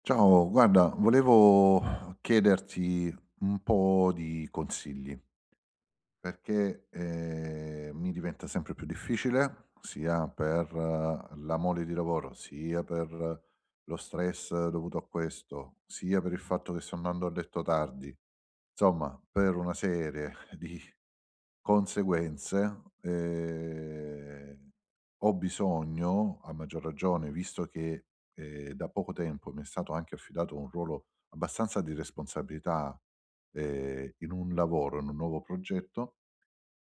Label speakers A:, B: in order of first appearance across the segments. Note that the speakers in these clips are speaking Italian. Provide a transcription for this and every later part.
A: Ciao, guarda, volevo chiederti un po' di consigli perché mi diventa sempre più difficile, sia per la mole di lavoro, sia per lo stress dovuto a questo, sia per il fatto che sto andando a letto tardi, insomma, per una serie di conseguenze. Ho bisogno, a maggior ragione, visto che, da poco tempo mi è stato anche affidato un ruolo abbastanza di responsabilità, in un lavoro, in un nuovo progetto,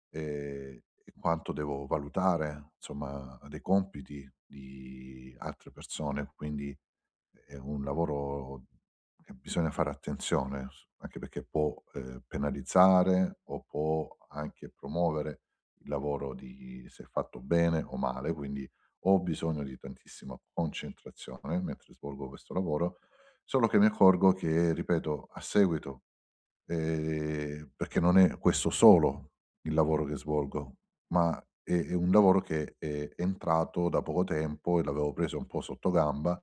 A: ehm, in quanto devo valutare, insomma, dei compiti di altre persone, quindi è un lavoro che bisogna fare attenzione, s anche perché può, penalizzare o può anche promuovere il lavoro di se fatto bene o male, quindi ho bisogno di tantissima concentrazione mentre svolgo questo lavoro, solo che mi accorgo che, ripeto, a seguito. Perché non è questo solo il lavoro che svolgo, ma è un lavoro che è entrato da poco tempo e l'avevo preso un po' sottogamba,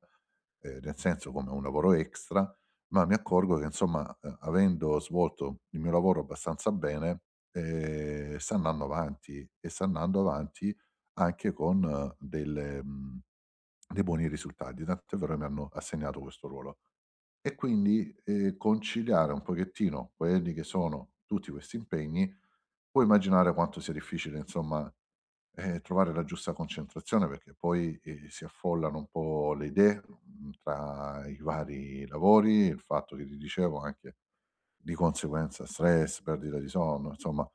A: nel senso come un lavoro extra, ma mi accorgo che insomma, avendo svolto il mio lavoro abbastanza bene, sta andando avanti e sta andando avanti anche con dei buoni risultati, tant'è vero che mi hanno assegnato questo ruolo. E quindi, conciliare un pochettino quelli che sono tutti questi impegni, puoi immaginare quanto sia difficile insomma, trovare la giusta concentrazione perché poi, si affollano un po' le idee, tra i vari lavori, il fatto che ti dicevo anche di conseguenza stress, perdita di sonno, insomma.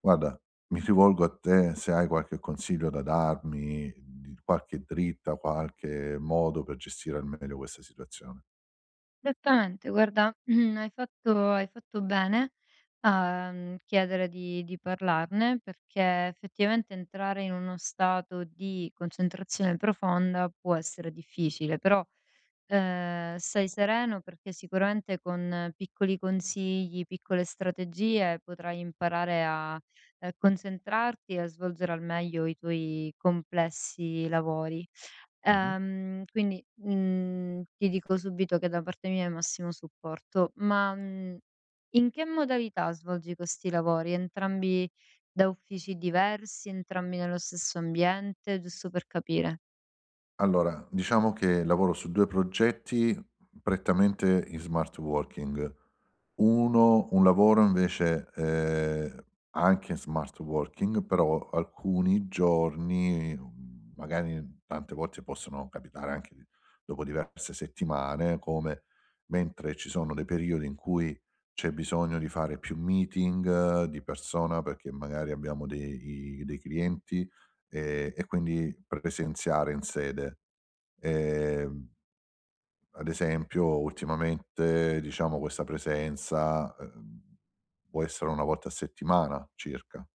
A: Guarda, mi rivolgo a te se hai qualche consiglio da darmi, di qualche dritta, qualche modo per gestire al meglio questa situazione.
B: Esattamente, guarda, hai fatto bene a, chiedere di parlarne, perché effettivamente entrare in uno stato di concentrazione profonda può essere difficile, però stai sereno perché sicuramente con piccoli consigli, piccole strategie potrai imparare a, concentrarti e a svolgere al meglio i tuoi complessi lavori.
A: Mh-mh.
B: Quindi ti dico subito che da parte mia è massimo supporto, ma in che modalità svolgi questi lavori? Entrambi da uffici diversi, entrambi nello stesso ambiente? Giusto per capire.
A: Allora, diciamo che lavoro su 2 progetti prettamente in smart working. Uno un lavoro invece, anche in smart working, però alcuni giorni, magari tante volte possono capitare anche di dopo diverse settimane, come mentre ci sono dei periodi in cui c'è bisogno di fare più meeting di persona, perché magari abbiamo dei clienti, e quindi presenziare in sede. Ehm, Ad esempio ultimamente, diciamo, questa presenza, può essere una volta a settimana circa,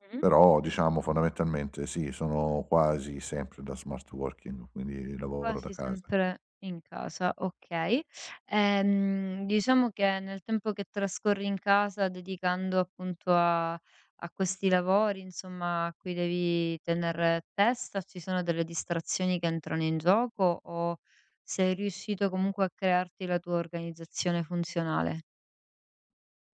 B: Mh-mh.
A: però diciamo fondamentalmente sì, sono quasi sempre da smart working, quindi lavoro da
B: Quasi
A: casa.
B: sempre in casa, okay. Diciamo che nel tempo che trascorri in casa dedicando appunto a questi lavori, insomma, a cui devi tener testa, ci sono delle distrazioni che entrano in gioco o sei riuscito comunque a crearti la tua organizzazione funzionale?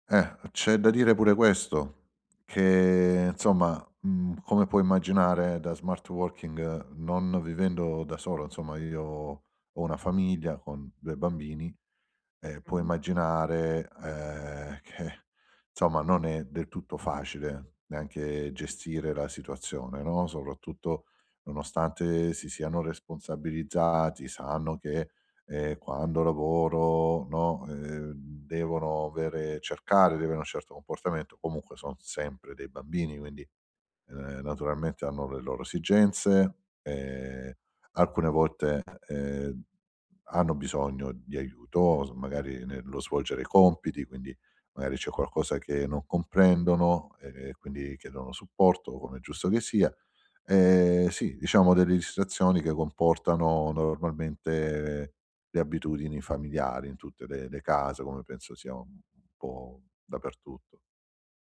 A: C'è da dire pure questo, che insomma, come puoi immaginare da smart working non vivendo da solo, insomma io ho una famiglia con 2 bambini. Puoi
B: Mh-mh.
A: immaginare, che insomma non è del tutto facile neanche gestire la situazione, no, soprattutto nonostante si siano responsabilizzati, sanno che, quando lavoro, no, devono avere cercare di avere un certo comportamento, comunque son sempre dei bambini, quindi, naturalmente hanno le loro esigenze, ehm, alcune volte, ehm hanno bisogno di aiuto, s magari nello svolgere compiti, quindi magari c'è qualcosa che non comprendono e quindi chiedono supporto, come è giusto che sia. Sì, diciamo delle distrazioni che comportano normalmente le abitudini familiari in tutte le case, come penso sia un po' dappertutto.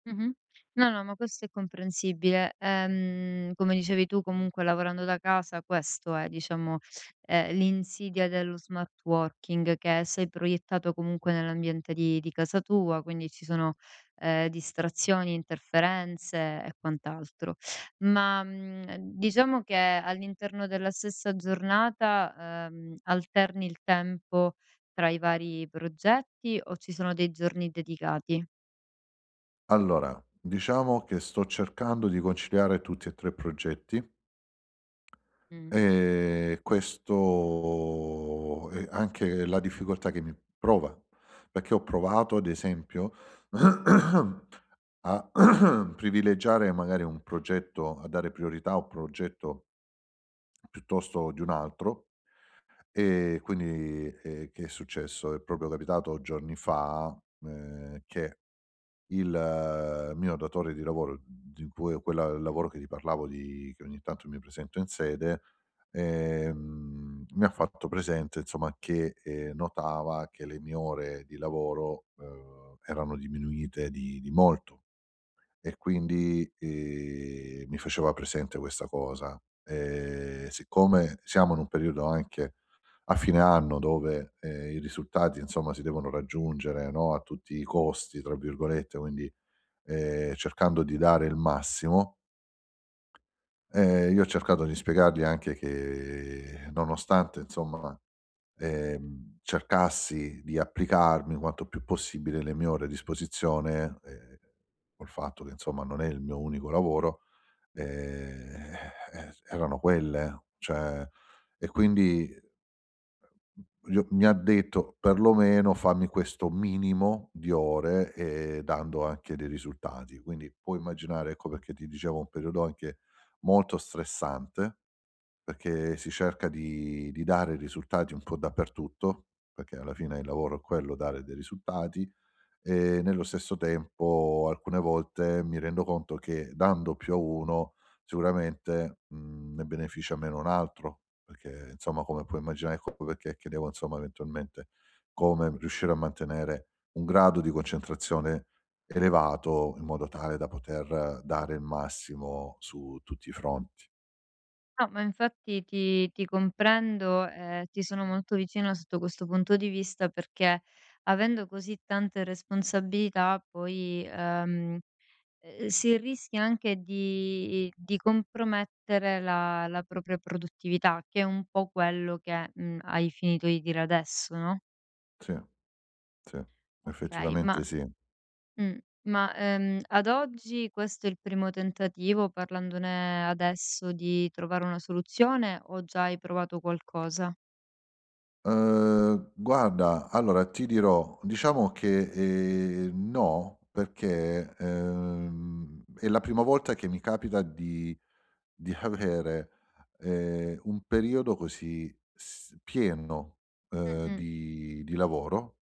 B: Mh-mh. No, no, ma questo è comprensibile. Come dicevi tu comunque lavorando da casa questo è diciamo, l'insidia dello smart working, che sei proiettato comunque nell'ambiente di casa tua, quindi ci sono, distrazioni, interferenze e quant'altro. Ma diciamo che all'interno della stessa giornata, alterni il tempo tra i vari progetti o ci sono dei giorni dedicati?
A: Allora, diciamo che sto cercando di conciliare tutti e 3 progetti.
B: Mh.
A: Questo è anche la difficoltà che mi prova, perché ho provato ad esempio a privilegiare magari un progetto a dare priorità a un progetto piuttosto di un altro, e quindi, che è successo? È proprio capitato giorni fa, che il mio datore di lavoro, di cui quella lavoro che ti parlavo di che ogni tanto mi presento in sede, mi ha fatto presente insomma che, notava che le mie ore di lavoro, erano diminuite di molto e quindi, mi faceva presente questa cosa. Siccome siamo in un periodo anche a fine anno dove, i risultati insomma si devono raggiungere, no, "a tutti i costi" tra virgolette, quindi cercando di dare il massimo. Io ho cercato di spiegargli anche che nonostante insomma, cercassi di applicarmi quanto più possibile le mie ore a disposizione, col fatto che insomma non è il mio unico lavoro, ehm, erano quelle, cioè e quindi io mi ha detto: "Perlomeno fammi questo minimo di ore e dando anche dei risultati". Quindi puoi immaginare, ecco perché ti dicevo, un periodo anche molto stressante, perché si cerca di dare risultati un po' dappertutto, perché alla fine il lavoro è quello, dare dei risultati e nello stesso tempo alcune volte mi rendo conto che dando più a uno sicuramente, ne beneficia meno un altro, perché insomma come puoi immaginare ecco perché chiedevo insomma eventualmente come riuscire a mantenere un grado di concentrazione elevato in modo tale da poter dare il massimo su tutti i fronti.
B: No, ma infatti ti comprendo, e ti sono molto vicina sotto questo punto di vista perché avendo così tante responsabilità poi, si rischia anche di compromettere la propria produttività, che è un po' quello che, hai finito di dire adesso, no?
A: Sì, sì,
B: Okay.
A: effettivamente sì.
B: Mh, ma ad oggi questo è il primo tentativo, parlandone adesso, di trovare una soluzione o già hai provato qualcosa?
A: Guarda, allora ti dirò, diciamo che, no, perché, è la prima volta che mi capita di avere, un periodo così s pieno,
B: Mh,
A: di lavoro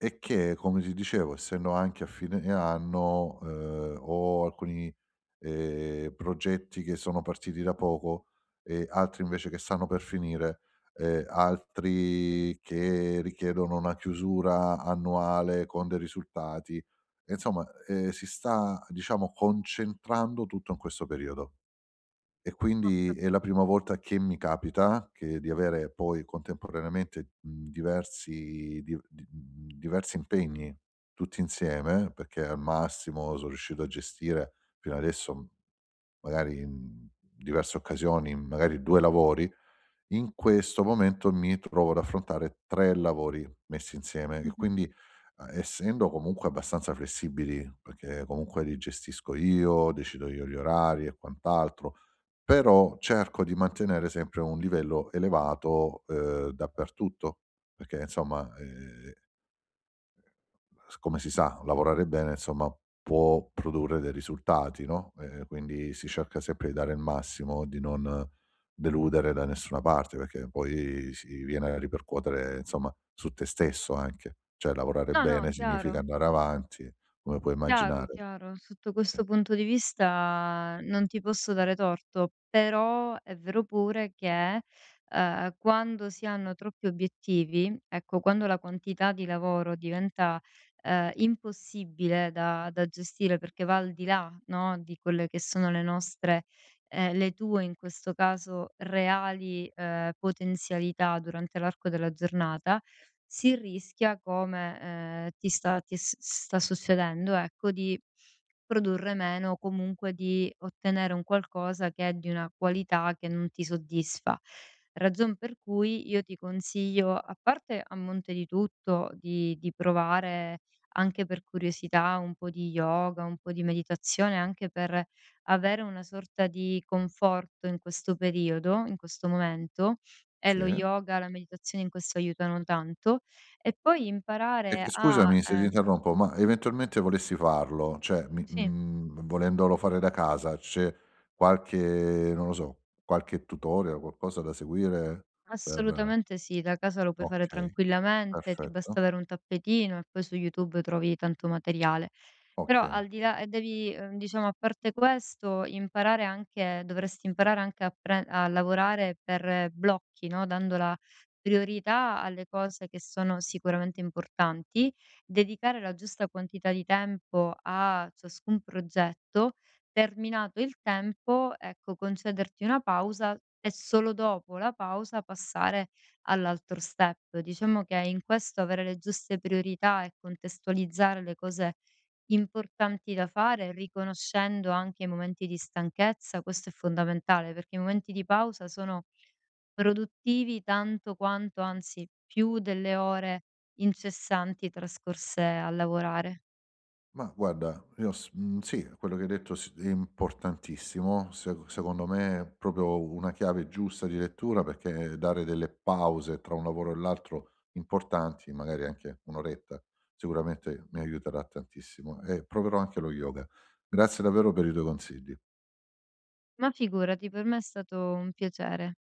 A: e che, come ti dicevo, essendo anche a fine anno, ho alcuni, progetti che sono partiti da poco e altri invece che stanno per finire, altri che richiedono una chiusura annuale con dei risultati. E insomma, si sta, diciamo, concentrando tutto in questo periodo. E
B: ho
A: quindi è la
B: capito.
A: prima volta che mi capita che di avere poi contemporaneamente, mhmm, diversi di mhmm, diversi impegni tutti insieme, perché al massimo son riuscito a gestire fino adesso, magari in diverse occasioni, magari 2 lavori. In questo momento mi trovo ad affrontare 3 lavori messi insieme e
B: Mh-mh.
A: quindi, essendo comunque abbastanza flessibili, perché comunque li gestisco io, decido io gli orari e quant'altro, però cerco di mantenere sempre un livello elevato, dappertutto, perché insomma, s come si sa lavorare bene insomma può produrre dei risultati, no, quindi si cerca sempre di dare il massimo, di non deludere da nessuna parte, perché poi si viene a ripercuotere insomma su te stesso anche. Cioè lavorare
B: No, no,
A: bene
B: chiaro,
A: significa andare avanti, come puoi
B: chiaro,
A: immaginare.
B: chiaro. Sotto
A: Sì.
B: questo punto di vista non ti posso dare torto, però è vero pure che, quando si hanno troppi obiettivi, ecco, quando la quantità di lavoro diventa, impossibile da gestire perché va al di là, no, di quelle che sono le nostre le tue, in questo caso, reali, potenzialità durante l'arco della giornata, si rischia come, ti sta ti s sta succedendo, ecco, di produrre meno o comunque di ottenere un qualcosa che è di una qualità che non ti soddisfa. Ragion per cui io ti consiglio, a parte a monte di tutto, di provare anche per curiosità un po' di yoga, un po' di meditazione, anche per avere una sorta di conforto in questo periodo, in questo momento, e lo
A: Sì.
B: yoga, la meditazione in questo aiutano tanto. E poi
A: E
B: imparare
A: c
B: a
A: scusami se ti interrompo, ma eventualmente volessi farlo, cioè
B: sì,
A: volendolo fare da casa, c'è qualche non lo so, qualche tutorial, qualcosa da seguire per
B: assolutamente sì, da casa lo puoi fare
A: okay,
B: tranquillamente, ti basta
A: perfetto,
B: avere un tappetino e poi su YouTube trovi tanto materiale. Però
A: okay.
B: al di là e devi, diciamo a parte questo imparare anche dovresti imparare anche a lavorare per blocchi, no, dando la priorità alle cose che sono sicuramente importanti, dedicare la giusta quantità di tempo a ciascun progetto, terminato il tempo, ecco, concederti una pausa e solo dopo la pausa passare all'altro step. Diciamo che in questo avere le giuste priorità e contestualizzare le cose importanti da fare, riconoscendo anche i momenti di stanchezza, questo è fondamentale, perché i momenti di pausa sono produttivi tanto quanto, anzi più delle ore incessanti trascorse a lavorare.
A: Ma guarda, io sì, quello che hai detto s è importantissimo. Se secondo me è proprio una chiave giusta di lettura, perché dare delle pause tra un lavoro e l'altro importanti, magari anche 1 oretta, sicuramente mi aiuterà tantissimo e proverò anche lo yoga. Grazie davvero per i tuoi consigli.
B: Ma figurati, per me è stato un piacere.